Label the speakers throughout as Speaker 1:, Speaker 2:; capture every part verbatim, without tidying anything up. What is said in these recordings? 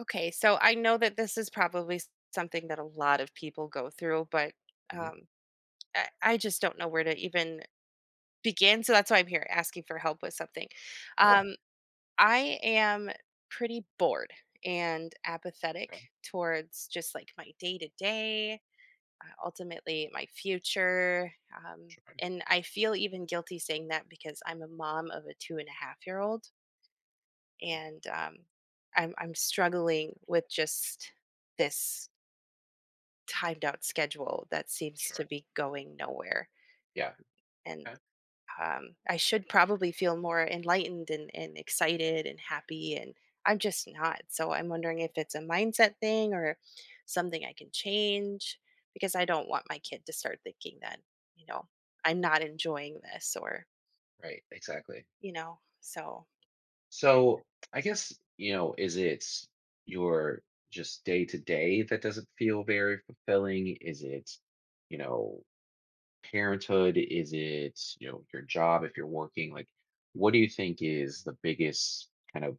Speaker 1: Okay, so I know that this is probably s- something that a lot of people go through, but
Speaker 2: Hmm.
Speaker 1: um, I, I just don't know where to even begin. So that's why I'm here asking for help with something.
Speaker 2: Sure.
Speaker 1: Um, I am pretty bored and apathetic
Speaker 2: Okay.
Speaker 1: towards just like my day to day, ultimately my future. Um, and I feel even guilty saying that because I'm a mom of a two and a half year old and um, I'm, I'm struggling with just this timed out schedule that seems to
Speaker 2: Sure.
Speaker 1: be going nowhere.
Speaker 2: Yeah.
Speaker 1: And
Speaker 2: Okay.
Speaker 1: um, I should probably feel more enlightened and, and excited and happy, and I'm just not. So I'm wondering if it's a mindset thing or something I can change because I don't want my kid to start thinking that, you know, I'm not enjoying this or,
Speaker 2: Right. Exactly.
Speaker 1: you know, so
Speaker 2: So I guess, you know, is it your just day to day that doesn't feel very fulfilling? Is it, you know, parenthood? Is it, you know, your job if you're working? Like, what do you think is the biggest kind of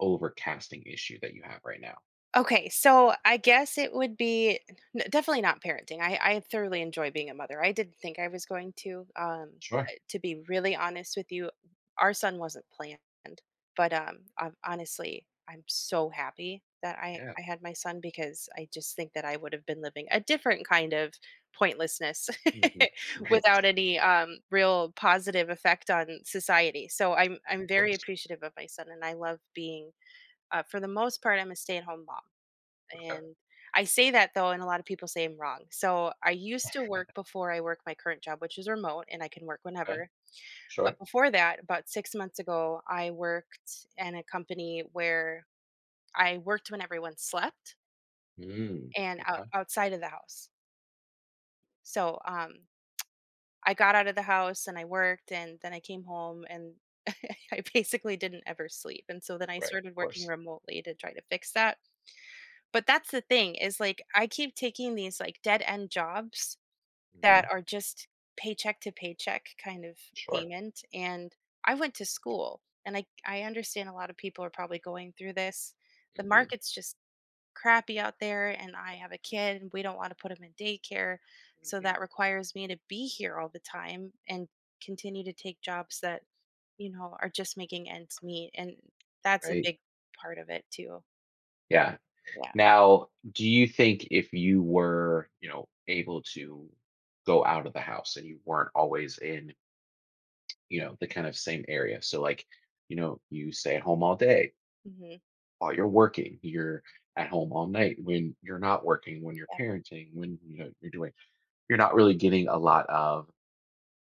Speaker 2: overcasting issue that you have right now?
Speaker 1: okay, so I guess it would be n- definitely not parenting. I, I thoroughly enjoy being a mother. I didn't think I was going to. Um,
Speaker 2: Sure.
Speaker 1: uh, to be really honest with you, our son wasn't planned, but um, I'm, honestly, I'm so happy that I
Speaker 2: Yeah.
Speaker 1: I had my son because I just think that I would have been living a different kind of pointlessness
Speaker 2: Hmm. Right.
Speaker 1: without any um, real positive effect on society. So I'm
Speaker 2: Of
Speaker 1: I'm very
Speaker 2: course.
Speaker 1: appreciative of my son, and I love being. Uh, for the most part, I'm a stay-at-home mom,
Speaker 2: Okay.
Speaker 1: and I say that though, and a lot of people say I'm wrong. So I used to work before I work my current job, which is remote and I can work
Speaker 2: Okay.
Speaker 1: whenever. But
Speaker 2: Sure.
Speaker 1: before that, about six months ago, I worked in a company where I worked when everyone slept
Speaker 2: Mm.
Speaker 1: and out,
Speaker 2: Okay.
Speaker 1: outside of the house. So um, I got out of the house and I worked, and then I came home and I basically didn't ever sleep. And so then I
Speaker 2: Right. Of
Speaker 1: started working
Speaker 2: course.
Speaker 1: remotely to try to fix that. But that's the thing is like I keep taking these like dead end jobs that
Speaker 2: Hmm.
Speaker 1: are just paycheck to paycheck kind of
Speaker 2: Sure.
Speaker 1: payment. And I went to school and I, I understand a lot of people are probably going through this. The
Speaker 2: Mhm.
Speaker 1: market's just crappy out there and I have a kid and we don't want to put him in daycare. So
Speaker 2: Mhm.
Speaker 1: that requires me to be here all the time and continue to take jobs that, you know, are just making ends meet. And that's a
Speaker 2: Right?
Speaker 1: big part of it too.
Speaker 2: Yeah.
Speaker 1: Yeah.
Speaker 2: Now, do you think if you were, you know, able to go out of the house and you weren't always in, you know, the kind of same area? So, like, you know, you stay at home all day
Speaker 1: Hmm.
Speaker 2: while you're working, you're at home all night when you're not working, when you're
Speaker 1: Yep.
Speaker 2: parenting, when, you know, you're doing, you're not really getting a lot of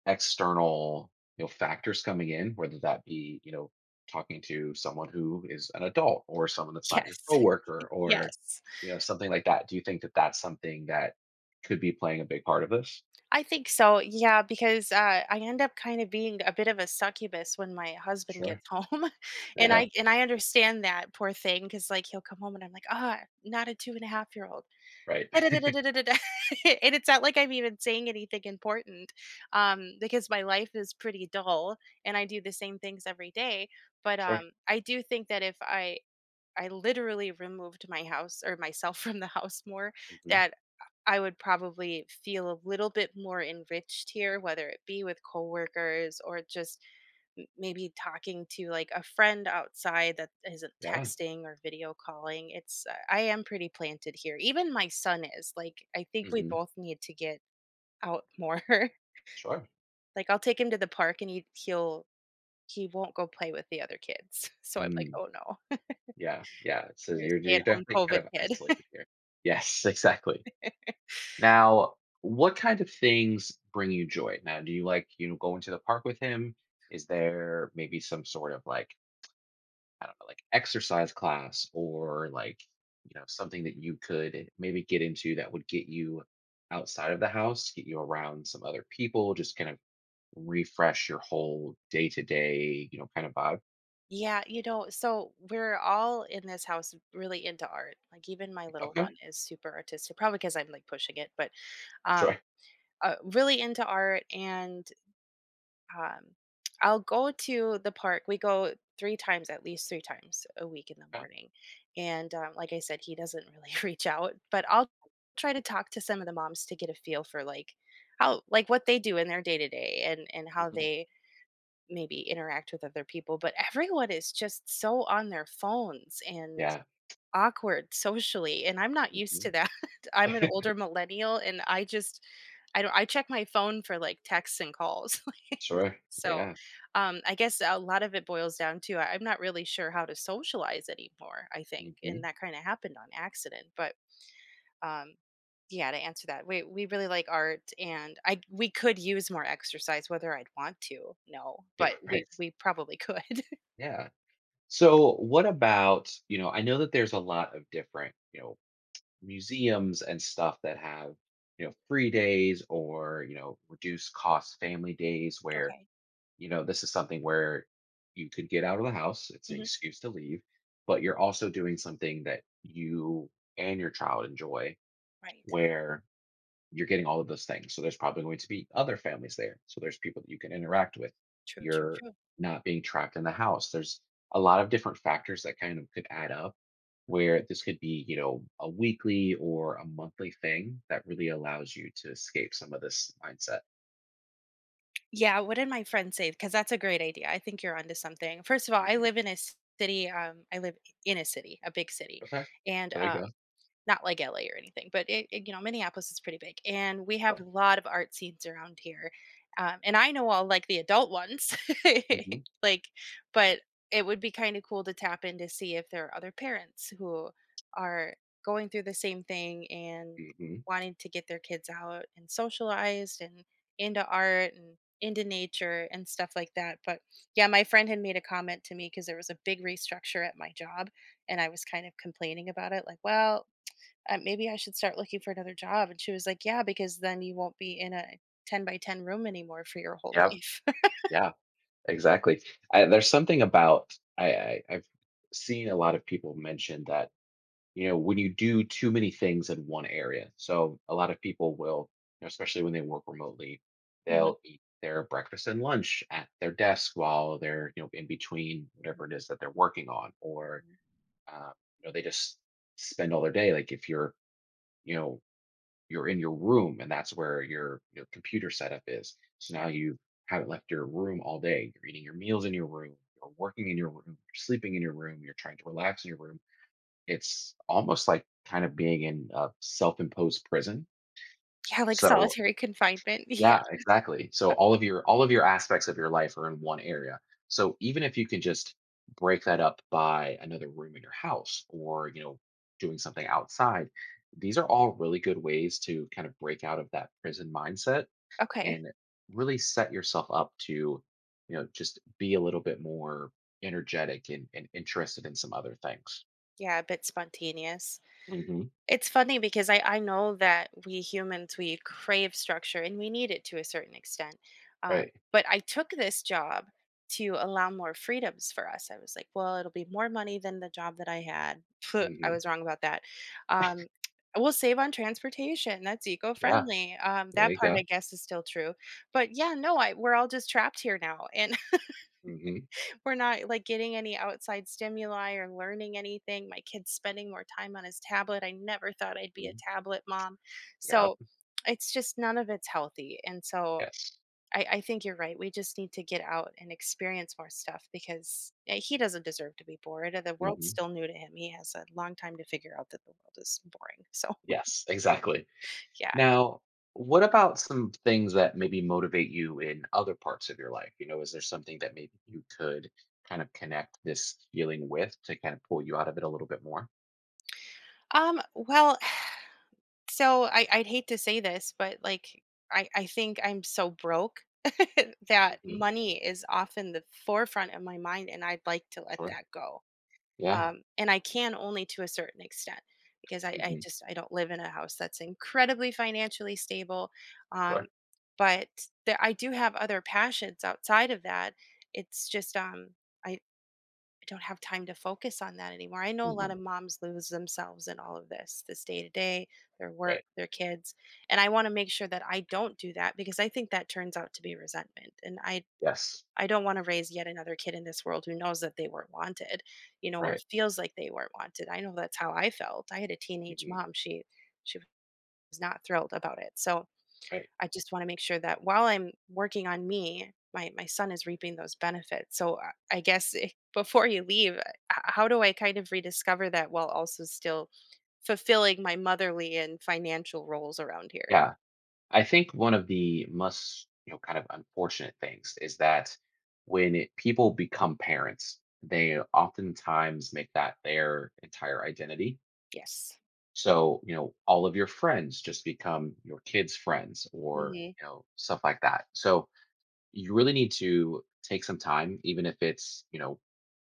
Speaker 2: external, you know factors coming in, whether that be you know talking to someone who is an adult or someone that's not your
Speaker 1: Yes.
Speaker 2: coworker, or
Speaker 1: Yes.
Speaker 2: you know something like that. Do you think that that's something that could be playing a big part of this?
Speaker 1: I think so, yeah, because, uh, I end up kinda being a bit of a succubus when my husband
Speaker 2: Sure.
Speaker 1: gets home, and
Speaker 2: Yeah.
Speaker 1: I and I understand that, poor thing because like, he'll come home and I'm like, "Ah, not a two-and-a-half-year-old."
Speaker 2: Right.
Speaker 1: And a half year old. And it's not like I'm even saying anything important, um, because my life is pretty dull, and I do the same things every day, but,
Speaker 2: Sure.
Speaker 1: um, I do think that if I I literally removed my house or myself from the house more,
Speaker 2: Hmm.
Speaker 1: that I would probably feel a little bit more enriched here, whether it be with coworkers or just m- maybe talking to like a friend outside that isn't
Speaker 2: Yeah.
Speaker 1: texting or video calling. It's, uh, I am pretty planted here. Even my son is like, I think we
Speaker 2: Hmm.
Speaker 1: both need to get out more.
Speaker 2: Sure.
Speaker 1: Like, I'll take him to the park and he, he'll, he won't go play with the other kids. So I'm like,
Speaker 2: Mm,
Speaker 1: oh no,
Speaker 2: yeah, yeah, so
Speaker 1: you're a
Speaker 2: you're,
Speaker 1: stay
Speaker 2: you're
Speaker 1: at home
Speaker 2: definitely kind
Speaker 1: COVID
Speaker 2: of
Speaker 1: kid.
Speaker 2: isolated here. Yes. Exactly. Now, what kind of things bring you joy? Now, do you like, you know, going to the park with him? Is there maybe some sort of like, I don't know, like exercise class or like, you know, something that you could maybe get into that would get you outside of the house, get you around some other people, just kind of refresh your whole day to day, you know, kind of vibe?
Speaker 1: Yeah, you know, so we're all in this house really into art. Like even my little
Speaker 2: Okay.
Speaker 1: one is super artistic, probably because I'm like pushing it, but um
Speaker 2: Sure.
Speaker 1: uh, really into art and um I'll go to the park. We go three times at least three times a week in the
Speaker 2: Okay.
Speaker 1: morning. And um, like I said, he doesn't really reach out, but I'll try to talk to some of the moms to get a feel for like how like what they do in their day to day and and how
Speaker 2: Mhm.
Speaker 1: they maybe interact with other people, but everyone is just so on their phones and
Speaker 2: Yeah.
Speaker 1: awkward socially, and I'm not used
Speaker 2: Hmm.
Speaker 1: to that. I'm an older millennial, and I just I don't I check my phone for, like, texts and calls.
Speaker 2: Sure.
Speaker 1: So,
Speaker 2: Yeah.
Speaker 1: um, I guess a lot of it boils down to I- I'm not really sure how to socialize anymore, I think, and
Speaker 2: Hmm.
Speaker 1: that kinda happened on accident, but um yeah, to answer that, we we really like art and I we could use more exercise, whether I'd want to no,
Speaker 2: Yeah.
Speaker 1: but we
Speaker 2: Right.
Speaker 1: we probably could.
Speaker 2: Yeah. So, what about, you know, I know that there's a lot of different, you know, museums and stuff that have, you know, free days or, you know, reduced cost family days where,
Speaker 1: Okay.
Speaker 2: you know, this is something where you could get out of the house. It's an
Speaker 1: Hmm.
Speaker 2: excuse to leave, but you're also doing something that you and your child enjoy,
Speaker 1: Right.
Speaker 2: where you're getting all of those things. So there's probably going to be other families there. So there's people that you can interact with.
Speaker 1: True, true,
Speaker 2: You're
Speaker 1: true.
Speaker 2: not being trapped in the house. There's a lot of different factors that kind of could add up, where this could be, you know, a weekly or a monthly thing that really allows you to escape some of this mindset.
Speaker 1: Yeah, what did my friend say, because that's a great idea, I think you're onto something. First of all, I
Speaker 2: Mhm.
Speaker 1: live in a city um I live in a city a big city,
Speaker 2: Okay.
Speaker 1: and
Speaker 2: There you
Speaker 1: um
Speaker 2: go.
Speaker 1: not like L A or anything, but it it you know, Minneapolis is pretty big, and we have a lot of art scenes around here, um, and I know all, like, the adult ones,
Speaker 2: Mm-hmm.
Speaker 1: like, but it would be kinda cool to tap in to see if there are other parents who are going through the same thing and
Speaker 2: Hmm.
Speaker 1: wanting to get their kids out and socialized and into art and into nature and stuff like that, but, yeah, my friend had made a comment to me because there was a big restructure at my job, and I was kind of complaining about it, like, "Well, uh, maybe I should start looking for another job." And she was like, yeah, because then you won't be in a ten by ten room anymore for your whole
Speaker 2: Yep.
Speaker 1: life.
Speaker 2: Yeah, exactly. I, there's something about I, I I've seen a lot of people mention that you know when you do too many things in one area. So a lot of people will, you know, especially when they work remotely,
Speaker 1: Hmm.
Speaker 2: they'll eat their breakfast and lunch at their desk while they're, you know in between whatever it
Speaker 1: Mhm,
Speaker 2: is that they're working on, or
Speaker 1: mhm.
Speaker 2: uh, you know they just spend all their day. Like, if you're, you know you're in your room, and that's where your, you know, computer setup is, so now
Speaker 1: Yep.
Speaker 2: you haven't left your room all day. You're eating your meals in your room, you're working in your room, you're sleeping in your room, you're trying to relax in your room. It's almost like kind of being in a self-imposed prison.
Speaker 1: Yeah, like
Speaker 2: So
Speaker 1: solitary confinement. Yeah.
Speaker 2: yeah, exactly. So all of your all of your aspects of your life are in one area. So even if you can just break that up by another room in your house, or, you know, doing something outside, these are all really good ways to kind of break out of that prison mindset
Speaker 1: Okay.
Speaker 2: and really set yourself up to, you know, just be a little bit more energetic and, and interested in some other things.
Speaker 1: Yeah, a bit spontaneous.
Speaker 2: Hmm.
Speaker 1: It's funny because I, I know that we humans, we crave structure and we need it to a certain extent. Um,
Speaker 2: Right.
Speaker 1: but I took this job to allow more freedoms for us. I was like, well, it'll be more money than the job that I had. I
Speaker 2: Hmm.
Speaker 1: was wrong about that. Um, we'll save on transportation. That's eco
Speaker 2: Yeah.
Speaker 1: friendly. Um,
Speaker 2: There
Speaker 1: that
Speaker 2: you
Speaker 1: part,
Speaker 2: go.
Speaker 1: I guess, is still true. But yeah, no, I, we're all just trapped here now. And
Speaker 2: Mhm,
Speaker 1: we're not, like, getting any outside stimuli or learning anything. My kid's spending more time on his tablet. I never thought I'd be a
Speaker 2: mhm,
Speaker 1: tablet mom.
Speaker 2: yep,
Speaker 1: So, it's just none of it's healthy, and so
Speaker 2: yes,
Speaker 1: I I think you're right. We just need to get out and experience more stuff because, eh, he doesn't deserve to be bored, the world's
Speaker 2: mhm,
Speaker 1: still new to him. He has a long time to figure out that the world is boring. So,
Speaker 2: yes, exactly.
Speaker 1: yeah.
Speaker 2: Now, what about some things that maybe motivate you in other parts of your life? You know, is there something that maybe you could kind of connect this feeling with to kind of pull you out of it a little bit more?
Speaker 1: Um, well, so I, I'd hate to say this, but like I, I think I'm so broke that
Speaker 2: Mhm,
Speaker 1: money is often the forefront of my mind, and I'd like to let
Speaker 2: sure,
Speaker 1: that go.
Speaker 2: yeah,
Speaker 1: Um, and I can only to a certain extent because I, I
Speaker 2: mhm,
Speaker 1: just I don't live in a house that's incredibly financially stable.
Speaker 2: sure,
Speaker 1: Um, but there, I do have other passions outside of that. It's just um, I, I don't have time to focus on that anymore. I know a lot
Speaker 2: mhm,
Speaker 1: of moms lose themselves in all of this, this day to day, their work,
Speaker 2: right,
Speaker 1: their kids. And I want to make sure that I don't do that because I think that turns out to be resentment. And I
Speaker 2: yes,
Speaker 1: I don't want to raise yet another kid in this world who knows that they weren't wanted, you know, or
Speaker 2: right,
Speaker 1: feels like they weren't wanted. I know that's how I felt. I had a teenage
Speaker 2: mhm,
Speaker 1: mom. She she was not thrilled about it. So
Speaker 2: right,
Speaker 1: I just want to make sure that while I'm working on me, my my son is reaping those benefits. So I I guess eh, before you leave, uh, h- how do I kind of rediscover that while also still fulfilling my motherly and financial roles around here?
Speaker 2: yeah. I think one of the most, you know, kind of unfortunate things is that when it, people become parents, they oftentimes make that their entire identity.
Speaker 1: Yes.
Speaker 2: So, you know, all of your friends just become your kids' friends, or,
Speaker 1: Hmm.
Speaker 2: you know, stuff like that. So, you really need to take some time, even if it's, you know,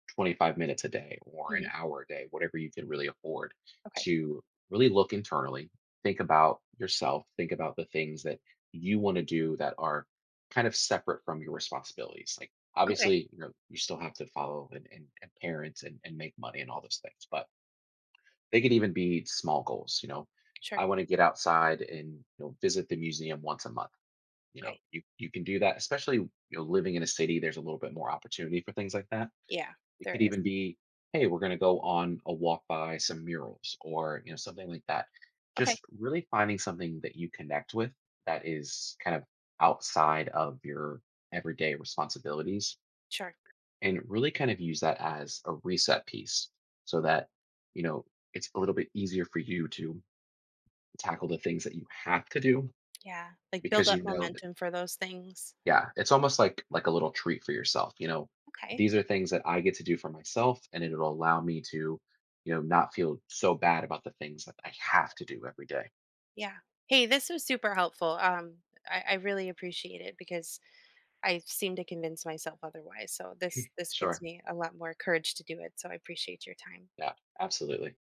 Speaker 2: twenty-five minutes a day or an
Speaker 1: Hmm.
Speaker 2: hour a day, whatever you can really afford
Speaker 1: Okay.
Speaker 2: to really look internally, think about yourself, think about the things that you want to do that are kind of separate from your responsibilities. Like
Speaker 1: Okay.
Speaker 2: obviously, you know, you still have to follow and, and, and parents and, and make money and all those things, but they could even be small goals, you know.
Speaker 1: Sure.
Speaker 2: I want to get outside and you know visit the museum once a month. You know,
Speaker 1: Okay.
Speaker 2: you you can do that, especially you know living in a city. There's a little bit more opportunity for things like that.
Speaker 1: Yeah,
Speaker 2: It
Speaker 1: there
Speaker 2: could
Speaker 1: is.
Speaker 2: even be, hey, we're going to go on a walk by some murals, or, you know, something like that.
Speaker 1: Okay.
Speaker 2: Just really finding something that you connect with, that is kind of outside of your everyday responsibilities,
Speaker 1: Sure.
Speaker 2: and really kind of use that as a reset piece so that, you know, it's a little bit easier for you to tackle the things that you have to do,
Speaker 1: Yeah. Like build
Speaker 2: because
Speaker 1: up
Speaker 2: you know that,
Speaker 1: momentum for those things.
Speaker 2: yeah, it's almost like like a little treat for yourself. You know
Speaker 1: Okay.
Speaker 2: these are things that I get to do for myself, and it'll allow me to, you know not feel so bad about the things that I have to do every day.
Speaker 1: Yeah. Hey, this was super helpful. Um, I, I really appreciate it because I seem to convince myself otherwise. So this this gives
Speaker 2: Sure.
Speaker 1: me a lot more courage to do it. So I appreciate your time.
Speaker 2: Yeah. Absolutely.